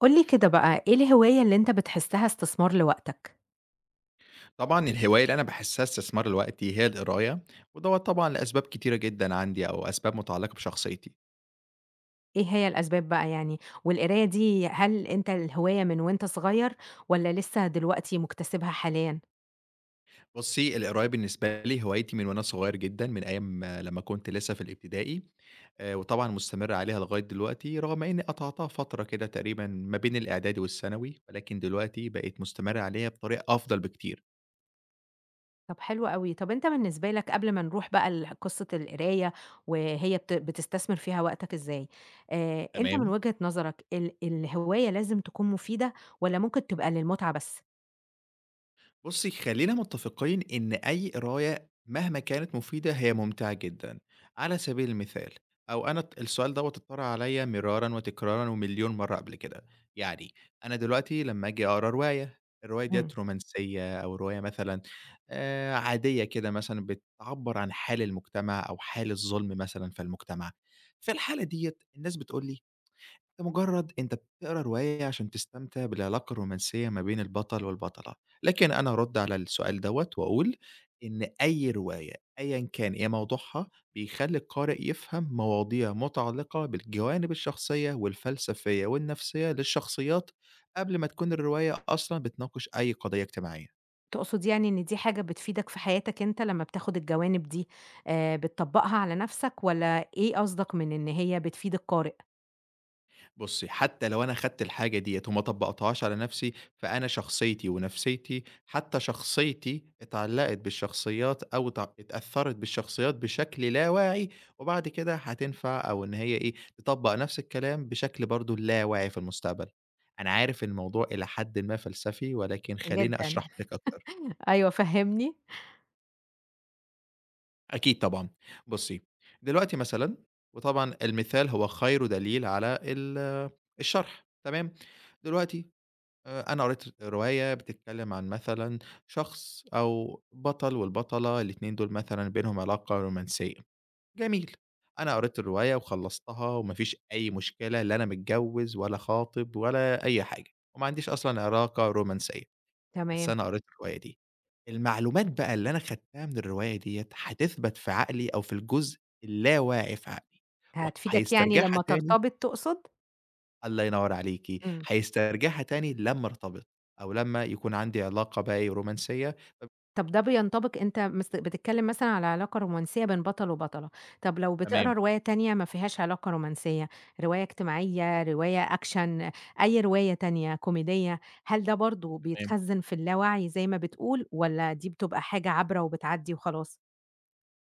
قُل لي كده بقى، إيه الهواية اللي أنت بتحسّها استثمار لوقتك؟ طبعًا الهواية اللي أنا باحسّها استثمار لوقتي هي القراية، ودوّة طبعًا لأسباب كتيرة جدًا عندي أو أسباب متعلقة بشخصيتي. إيه هي الأسباب بقى يعني؟ والقراية دي هل أنت الهواية من وأنت صغير والّا لسه دلوقتي مكتسبها حاليًا؟ بُصّي، القراية بالنسبة لي هوايتي من وأنا صغير جدًا، من أيام لمّا كنت لسه في الابتدائي، وطبعًا مستمر عليها لغاية دلوقتي، رغم إنّي قطعتها فترة كده تقريبًا ما بين الإعدادي والثانوي، ولكن دلوقتي بقيت مستمر عليها بطريقة أفضل بكتير، طب حلو أوي، طب أنت بالنسبة لك قبل ما نروح بقى قصة القراية وهي بتستثمر فيها وقتك إزاي. أنت من تمام؟ وجهة نظرك الهواية لازم تكون مفيدة والّا ممكن تبقى للمتعة بس؟ بُصّي، خلّينا متّفقين إن أي قراية مهما كانت مفيدة هي ممتعة جدًا، على سبيل المثال أو أنا السؤال دوّة اتطرح عليَّ مرارًا وتكرارًا ومليون مرّة قبل كده، يعني أنا دلوقتي لمّا آجي أقرا رواية، الرواية ديّة إمم. رومانسية أو رواية مثلًا عادية كده مثلًا بتعبّر عن حال المجتمع أو حال الظلم مثلًا في المجتمع، في الحالة ديّة الناس بتقول لي ده مجرد أنت بتقرا رواية عشان تستمتع بالعلاقة الرومانسية ما بين البطل والبطلة، لكن أنا هارُد على السؤال دوّة وأقول إن أي رواية أيًا كان إيه موضوعها، بيخلّي القارئ يفهم مواضيع متعلقة بالجوانب الشخصية والفلسفية والنفسية للشخصيات، قبل ما تكون الرواية أصلًا بتناقش أي قضية اجتماعية. تقصد يعني إن دي حاجة بتفيدك في حياتك أنت لمّا بتاخد الجوانب دي، بتطبّقها على نفْسك، والّا إيه قصدك من إن هي بتفيد القارئ؟ بُصّي، حتى لو أنا خدت الحاجة ديّة وما طبّقتهاش على نفسي، فأنا شخصيتي ونفسيتي حتى شخصيتي اتعلّقت بالشخصيات أو اتأثّرت بالشخصيات بشكل لا واعي، وبعد كده هتنفع أو إن هي إيه، تطبّق نفس الكلام بشكل برضه لا واعي في المستقبل. أنا عارف إن الموضوع إلى حدٍ ما فلسفي، ولكن خلّيني جدًا. أشرحه لِك أكتر. أيوه، فهّمني. أكيد طبعًا. بُصّي، دلوقتي مثلًا وطبعًا المثال هو خير دليل على الشرح، تمام؟ دلوقتي أنا قريت رواية بتتكلم عن مثلًا شخص أو بطل والبطلة، الاتنين دول مثلًا بينهم علاقة رومانسية، جميل. أنا قريت الرواية وخلّصتها وما فيش أي مشكلة لا أنا متجوّز ولا خاطب ولا أي حاجة، وما عنديش أصلًا علاقة رومانسية، بس تمام. أنا قريت الرواية دي. المعلومات بقى اللي أنا خدتها من الرواية ديّة هتثبت في عقلي أو في الجزء اللاواعي في عقلي، هتفيدك يعني وهيسترجعها لمّا تاني ترتبط تقصد؟ الله ينوّر عليكِ، إمم. هيسترجعها تاني لمّا ارتبط، أو لمّا يكون عندي علاقة بقى إيه، رومانسية طب ده بينطبق، أنت بتتكلم مثلًا على علاقة رومانسية بين بطل وبطلة، طب لو بتقرا تمام، رواية تانية ما فيهاش علاقة رومانسية، رواية اجتماعية، رواية أكشن، أي رواية تانية كوميدية، هل ده برضه تمام. بيتخزن في اللاوعي زي ما بتقول، والّا دي بتبقى حاجة عابرة وبتعدي وخلاص؟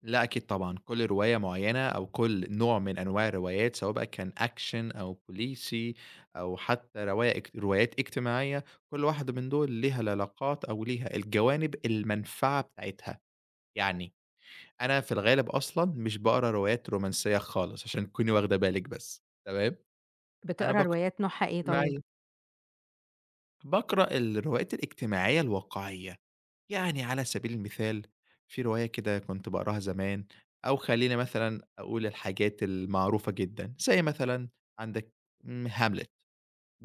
لأ أكيد طبعًا، كل رواية معيّنة أو كل نوع من أنواع الروايات سواء بقى كان أكشن أو بوليسي أو حتى رواية روايات اجتماعية، كل واحدة من دول ليها العلاقات أو ليها الجوانب المنفعة بتاعتها، يعني أنا في الغالب أصلًا مش باقرا روايات رومانسية خالص عشان تكوني واخدة بالِك بس، تمام، أنا بتقرا باقرا روايات نوعها إيه طيب؟ اجتماعية. باقرأ الروايات الاجتماعية الواقعية، يعني على سبيل المثال في رواية كده كنت باقراها زمان، أو خلّيني مثلًا أقول الحاجات المعروفة جدًا، زي مثلًا عندك Hamlet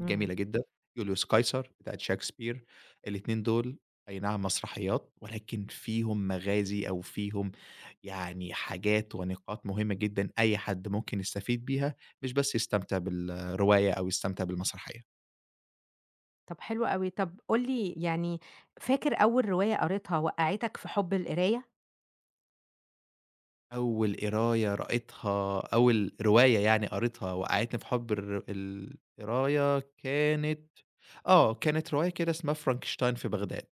إمم. جدًا، يوليوس قيصر بتاعة شكسبير، الاتنين دول أي نعم مسرحيات، ولكن فيهم مغازي أو فيهم يعني حاجات ونقاط مهمة جدًا أي حد ممكن يستفيد بيها، مش بس يستمتع بالرواية أو يستمتع بالمسرحية. طب حلو أوي، طب قُل لي يعني، فاكر أول رواية قريتها وقّعتك في حب القراية؟ أول قراية قريتها أول رواية يعني قريتها وقعّتني في حُب القراية كانت كانت رواية كده اسمها فرانكشتاين في بغداد.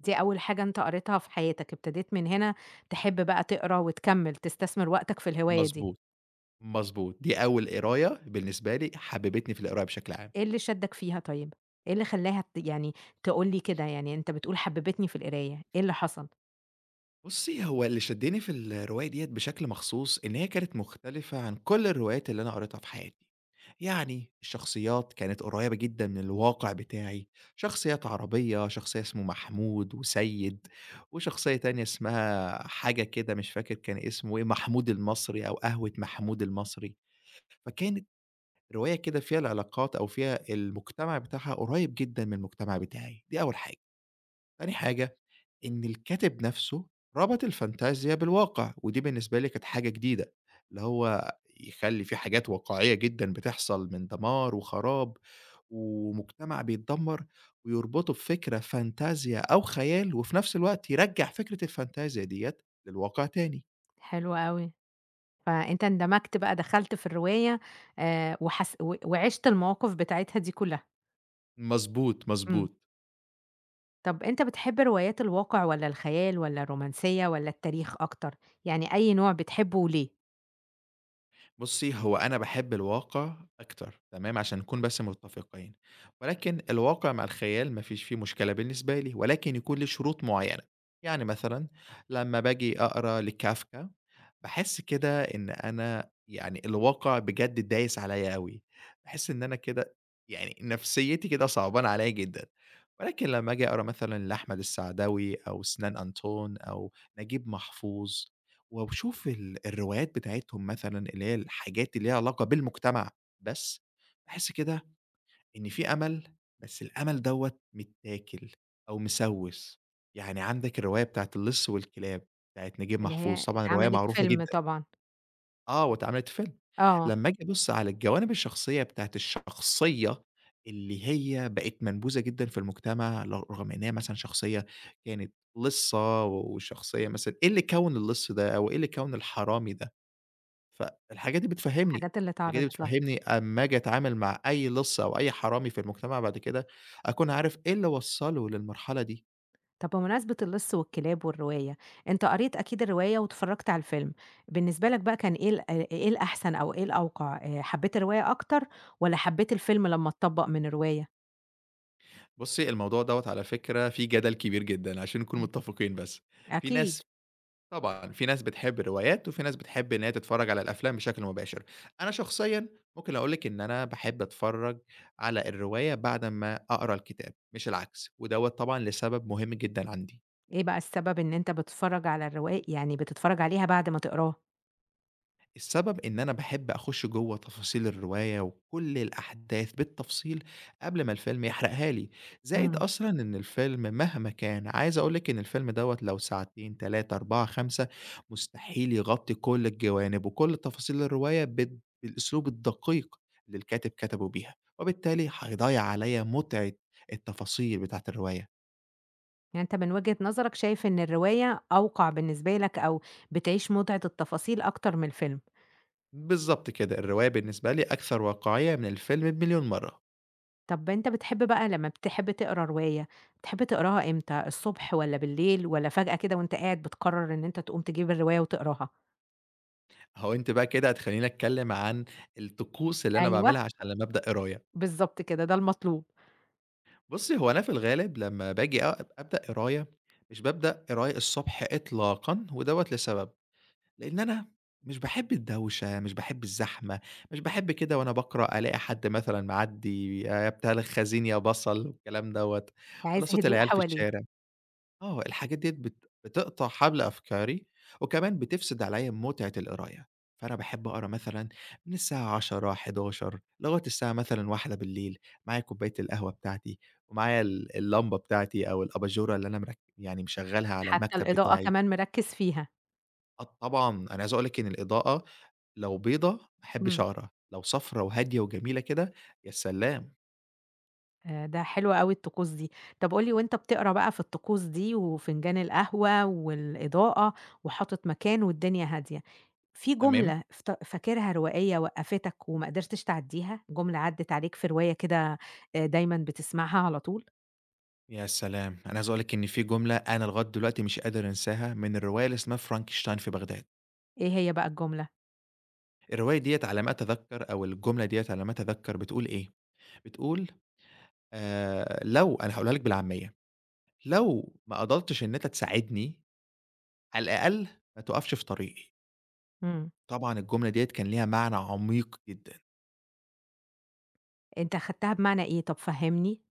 دي أول حاجة أنت قريتها في حياتك، ابتديت من هنا تحب بقى تقرا وتكمّل، تستثمر وقتك في الهواية دي. مضبوط. مضبوط، دي أول قراية بالنسبة لي حبّبتني في القراية بشكل عام. إيه اللي شدّك فيها طيب؟ إيه اللي خلّاها يعني تقول لي كده، يعني أنت بتقول حبّبتني في القراية، إيه اللي حصل؟ بُصّي، هو اللي شدّني في الرواية ديّة بشكل مخصوص إن هي كانت مختلفة عن كل الروايات اللي أنا قريتها في حياتي، يعني الشخصيات كانت قريّبة جدًا من الواقع بتاعي، شخصيات عربية، شخصية اسمه محمود وسيد، وشخصية تانية اسمها حاجة كده مش فاكر كان اسمه إيه، محمود المصري أو قهوة محمود المصري، فكانت رواية كده فيها العلاقات أو فيها المجتمع بتاعها قريّب جدًا من المجتمع بتاعي، دي أول حاجة. تاني حاجة إن الكاتب نفسه ربط الفانتازيا بالواقع، ودي بالنسبة لي كانت حاجة جديدة، اللي هو يخلّي في حاجات واقعية جدًا بتحصل من دمار وخراب ومجتمع بيتدمر، ويربطه بفكرة فانتازيا أو خيال، وفي نفس الوقت يرجّع فكرة الفانتازيا ديّة للواقع تاني. حلو أوي، فأنت اندمجت بقى، دخلت في الرواية، وحس و وعِشت المواقف بتاعتها دي كلّها. مضبوط، إمم. مضبوط. طب أنت بتحب روايات الواقع والّا الخيال والّا الرومانسية والّا التاريخ أكتر، يعني أي نوع بتحبه وليه؟ بُصّي، هو أنا باحب الواقع أكتر تمام، عشان نكون بس متّفقين، ولكن الواقع مع الخيال ما فيش فيه مشكلة بالنسبة لي، ولكن يكون ليه شروط معيّنة، يعني مثلًا لمّا باجي أقرا لكافكا، باحس كده إن أنا يعني الواقع بجد دايس عليَّ أوي، باحس إن أنا كده يعني نفسيتي كده صعبانة عليَّ جدًا، ولكن لمّا آجي أقرا مثلًا لأحمد السعداوي أو سنان أنطون أو نجيب محفوظ وباشوف الروايات بتاعتهم مثلًا اللي هي الحاجات اللي ليها علاقة بالمجتمع بس، باحس كده إن في أمل، بس الأمل دوّة متاكل أو مسوِّس. يعني عندك الرواية بتاعة اللِص والكلاب بتاعة نجيب اللي محفوظ، هي طبعًا رواية اتعملت معروفة فيلم جدًا طبعًا. آه، واتعملت فيلم. آه، لمّا آجي أبُص على الجوانب الشخصية بتاعة الشخصية اللي هي بقت منبوذة جدًا في المجتمع، رغم إن هي مثلًا شخصية كانت لِصّة وشخصية مثلًا إيه اللي كوّن اللِص ده أو إيه اللي كوّن الحرامي ده؟ فالحاجات دي بتفهّمني، الحاجات اللي الحاجات دي اتعرضت لها. بتفهّمني أمّا آجي أتعامل مع أي لِصّ أو أي حرامي في المجتمع بعد كده، أكون عارف إيه اللي وصّله للمرحلة دي. طب بمناسبة اللص والكلاب والرواية، أنت قريت أكيد الرواية واتفرّجت على الفيلم، بالنسبة لك بقى كان إيه إيه الأحسن أو إيه الأوقع، حبّيت الرواية أكتر والّا حبّيت الفيلم لمّا اتطبّق من الرواية؟ بُصّي، الموضوع دوّة على فكرة فيه جدل كبير جدًا عشان نكون إمم. متّفقين بس. في ناس أكيد. طبعًا، في ناس بتحب الروايات وفي ناس بتحب إن هي تتفرّج على الأفلام بشكل مباشر. أنا شخصيًا ممكن أقول لِك إن أنا باحب أتفرّج على الرواية بعد أمّا أقرا الكتاب مش العكس، ودوّة طبعًا لسبب مهم جدًا عندي. إيه بقى السبب إن أنت بتتفرّج على يعني بتتفرّج عليها بعد ما تقراها؟ السبب إن أنا باحب أخُش جوّه تفاصيل الرواية وكل الأحداث بالتفصيل قبل ما الفيلم يحرقها لي، زائد إمم. أصلًا إن الفيلم مهما كان عايز أقول لِك إن الفيلم دوّة لو ساعتين، 3، 4، 5 مستحيل يغطّي كل الجوانب وكل تفاصيل الرواية بالأسلوب الدقيق اللي الكاتب كتبه بيها، وبالتالي هيضيّع عليَّ متعة التفاصيل بتاعة الرواية. يعني أنت من وجهة نظرك شايف إن الرواية أوقع بالنسبة لك، أو بتعيش متعة التفاصيل أكتر من الفيلم. بالضبط كده، الرواية بالنسبة لي أكثر واقعية من الفيلم بمليون مرة. طب أنت بتحب بقى لمّا بتحب تقرا رواية، بتحب تقراها إمتى، الصبح والّا بالليل والّا فجأة كده وأنت قاعد بتقرر إن أنت تقوم تجيب الرواية وتقراها؟ هو أنتِ بقى كده هتخلّيني أتكلم عن الطقوس اللي أنا أيوه، باعملها عشان لمّا أبدأ قراية. بالضبط كده، ده المطلوب. بُصّي، هو أنا في الغالب لمّا باجي أبدأ قراية، مش بابدأ قراية الصبح إطلاقًا ودوّة لسبب، لإن أنا مش باحب الدوشة، مش باحب الزحمة، مش باحب كده وأنا باقرأ ألاقي حد مثلًا معدّي، يا بتاع الخزين يا بصل والكلام دوّة، والّا عايز صوت هدوء العيال في حواليك. الشارع. آه، الحاجات ديّة بتقطع حبل أفكاري، وكمان بتفسد عليَّ متعة القراية، فأنا باحب أقرا مثلًا من الساعة 22:00، 23:00 لغاية الساعة مثلًا 01:00 معايا كوباية القهوة بتاعتي، ومعايا اللمبة بتاعتي أو الأباجورة اللي أنا يعني مشغّلها على حتى المكتب الإضاءة بتاعي. كمان مركّز فيها. آه طبعًا، أنا عايز أقول لِك إن الإضاءة لو بيضا ما أحبش إمم. أقرا، لو صفرا وهادية وجميلة كده، يا سلام! ده حلو أوي الطقوس دي. طب قُل لي، وأنت بتقرا بقى في الطقوس دي وفنجان القهوة والإضاءة وحاطط مكان والدنيا هادية، في تمام؟ جملة فاكرها روائية وقّفتك وما قدرتش تعدّيها؟ جملة عدِّت عليك في رواية كده دايمًا بتسمعها على طول؟ يا سلام! أنا عايز أقول لِك إن في جملة أنا لغاية دلوقتي مش قادر أنساها من الرواية اللي اسمها فرانكشتاين في بغداد. إيه هي بقى الجملة؟ الرواية ديّة على ما أتذكر أو الجملة ديّة على ما أتذكر بتقول إيه، بتقول لو أنا هاقولها لِك بالعامية، لو ما قدرتش إن أنت تساعدني، على الأقل ما تقفش في طريقي. إمم. طبعًا الجملة ديّة كان ليها معنى عميق جدًا، أنت خدتها بمعنى إيه؟ طب فهّمني.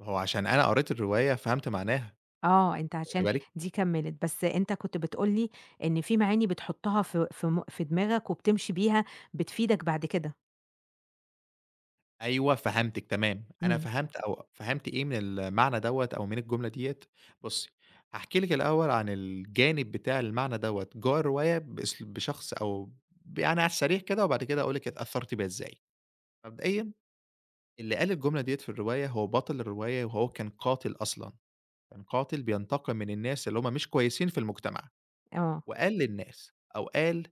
ما هو عشان أنا قريت الرواية فهمت معناها، آه، أنت واخدة عشان بالِك؟ دي كمّلت، بس أنت كنت بتقول لي إن في معاني بتحُطّها في دماغك وبتمشي بيها، بتفيدك بعد كده. أيوه فهمتِك تمام، أنا إمم. فهمت أو فهمت إيه من المعنى دوّة أو من الجملة ديّة، بُصّي هاحكي لِك الأول عن الجانب بتاع المعنى دوّة جوّه الرواية بشخص أو يعني على السريع كده وبعد كده أقول لِك اتأثّرت بيها إزاي. مبدئيًا اللي قال الجملة ديّة في الرواية هو بطل الرواية وهو كان قاتل أصلًا، كان قاتل بينتقم من الناس اللي هُم مش كويسين في المجتمع. آه، وقال للناس أو قال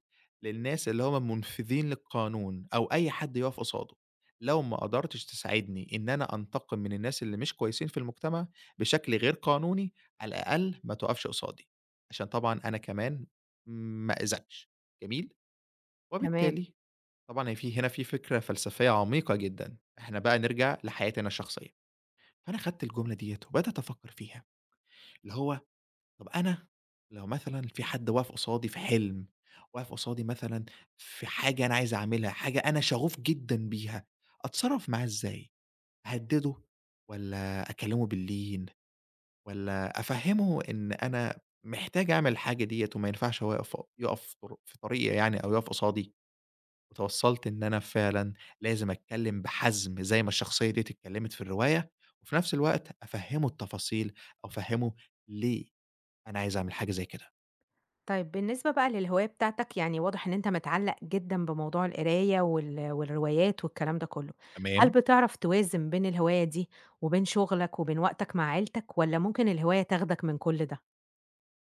للناس اللي هم منفذين للقانون أو أي حد يقف قصاده، لو ما قدرتش تساعدني إن أنا أنتقم من الناس اللي مش كويسين في المجتمع بشكل غير قانوني، على الأقل ما تقفش قصادي، عشان طبعًا أنا كمان ما أأذكش، جميل؟ تمام. وبالتالي طبعًا هي في هنا في فكرة فلسفية عميقة جدًا، إحنا بقى نرجع لحياتي أنا الشخصية، فأنا خدت الجملة ديّة وبدأت أفكر فيها، اللي هو طب أنا لو مثلًا في حد واقف قصادي في حلم، واقف قصادي مثلًا في حاجة أنا عايز أعملها، حاجة أنا شغوف جدًا بيها، أتصرّف معاه إزاي؟ أهدّده والّا أكلّمه باللين والّا أفهّمه إن أنا محتاج أعمل الحاجة ديّة وما ينفعش هو يقف في طريقي يعني أو يقف قصادي، وتوصّلت إن أنا فعلًا لازم أتكلّم بحزم زي ما الشخصية ديّة اتكلّمت في الرواية، وفي نفس الوقت أفهّمه التفاصيل أو أفهّمه ليه أنا عايز أعمل حاجة زي كده. طيب بالنسبة بقى للهواية بتاعتك، يعني واضح إن أنت متعلّق جدًا بموضوع القراية والروايات والكلام ده كلّه، هل تمام. بتعرف توازن بين الهواية دي وبين شغلك وبين وقتك مع عيلتك، والّا ممكن الهواية تاخدك من كل ده؟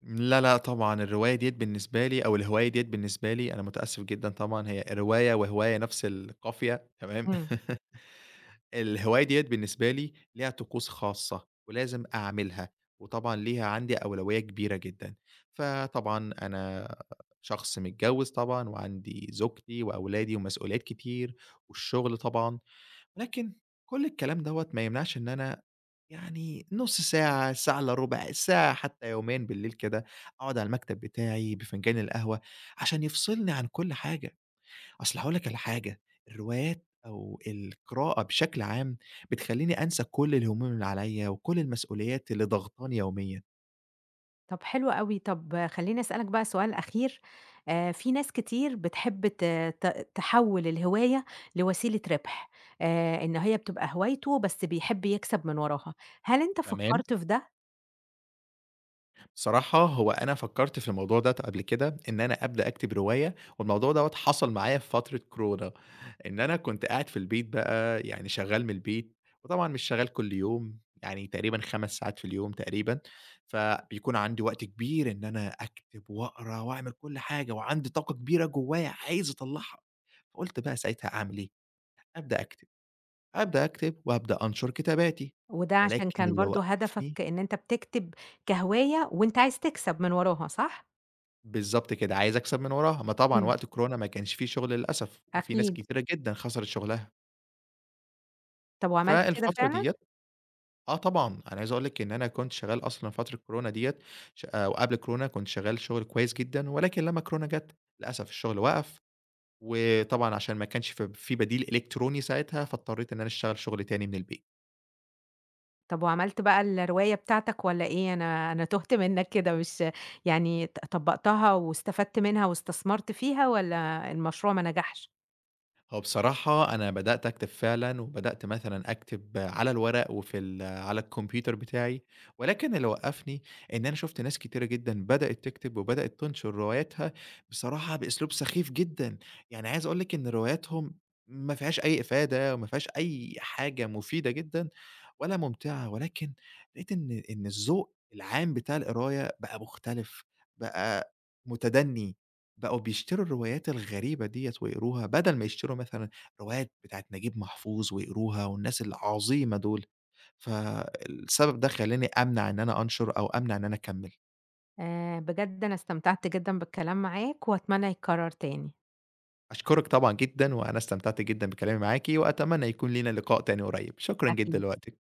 لا، لأ، طبعًا الرواية ديّة بالنسبة لي أو الهواية ديّة بالنسبة لي أنا متأسف جدًا طبعًا هي رواية وهواية نفس القافية تمام، إمم. الهواية ديّة بالنسبة لي ليها طقوس خاصة ولازم أعملها، وطبعًا ليها عندي أولوية كبيرة جدًا، فطبعًا أنا شخص متجوّز طبعًا وعندي زوجتي وأولادي ومسؤوليات كتير والشغل طبعًا، ولكن كل الكلام دوّة ما يمنعش إن أنا يعني نُص ساعة، ساعة إلّا ربع، ساعة حتى يوميًا بالليل كده، أقعد على المكتب بتاعي بفنجان القهوة، عشان يفصلني عن كل حاجة. أصل هاقول لك على حاجة، الروايات أو القراءة بشكل عام بتخلّيني أنسى كل الهموم اللي عليَّ وكل المسؤوليات اللي ضاغطاني يوميًا، طب حلو أوي، طب خلّيني أسألك بقى سؤال أخير. في ناس كتير بتحب ت ت تحوّل الهواية لوسيلة ربح، إن هي بتبقى هوايته بس بيحب يكسب من وراها، هل أنت تمام؟ فكّرت في ده؟ صراحة هو أنا فكّرت في الموضوع ده قبل كده، إن أنا أبدأ أكتب رواية والموضوع دوّة حصل معايا في فترة كورونا، إن أنا كنت قاعد في البيت بقى يعني شغّال من البيت، وطبعًا مش شغّال كل يوم، يعني تقريبًا 5 ساعات في اليوم تقريبًا، فبيكون عندي وقت كبير إن أنا أكتب وأقرا وأعمل كل حاجة وعندي طاقة كبيرة جوّايا عايز أطلّعها، فقُلت بقى ساعتها أعمل إيه، أبدأ أكتب، أبدأ أكتب وأبدأ أنشر كتاباتي، وده عشان ولكن كان اللي برضه هدفك وقّفني إن أنت بتكتب كهواية وأنت عايز تكسب من وراها صح؟ بالضبط كده، عايز أكسب من وراها، ما طبعًا إمم. وقت الكورونا ما كانش في شغل للأسف، وفي ناس أكيد. كتيرة جدًا خسرت شغلها، طب وعملت كده فالفترة فعلًا؟ ديّة آه طبعًا، أنا عايز أقول لِك إن أنا كنت شغال أصلًا فترة كورونا ديّة ش وقبل الكورونا كنت شغال شغل كويس جدًا، ولكن لمّا الكورونا جات للأسف الشغل وقف، وطبعًا عشان ما كانش في بديل إلكتروني ساعتها، فاضطريت إن أنا أشتغل شغل تاني من البيت. طب وعملت بقى الرواية بتاعتك والّا إيه؟ أنا تُهت منّك كده، مش يعني طبّقتها واستفدت منها واستثمرت فيها والّا المشروع ما نجحش؟ هو بصراحة أنا بدأت أكتب فعلًا، وبدأت مثلًا أكتب على الورق وفي على الكمبيوتر بتاعي، ولكن اللي وقّفني إن أنا شُفت ناس كتيرة جدًا بدأت تكتب وبدأت تنشر رواياتها بصراحة بأسلوب سخيف جدًا، يعني عايز أقول لِك إن رواياتهم ما فيهاش أي إفادة وما فيهاش أي حاجة مفيدة جدًا ولا ممتعة، ولكن لقيت إن إن الذوق العام بتاع القراية بقى مختلف، بقى متدني. بقوا بيشتروا الروايات الغريبة ديّة ويقروها، بدل ما يشتروا مثلًا روايات بتاعة نجيب محفوظ ويقروها والناس العظيمة دول، فالسبب ده خلّاني أمنع إن أنا أنشر أو أمنع إن أنا أكمّل. بجد أنا استمتعت جدًا بالكلام معاك وأتمنى يتكرر تاني. أشكرِك طبعًا جدًا، وأنا استمتعت جدًا بكلامي معاكِ، وأتمنى يكون لينا لقاء تاني قريب، شكرًا جدًا أكيد. لوقتِك.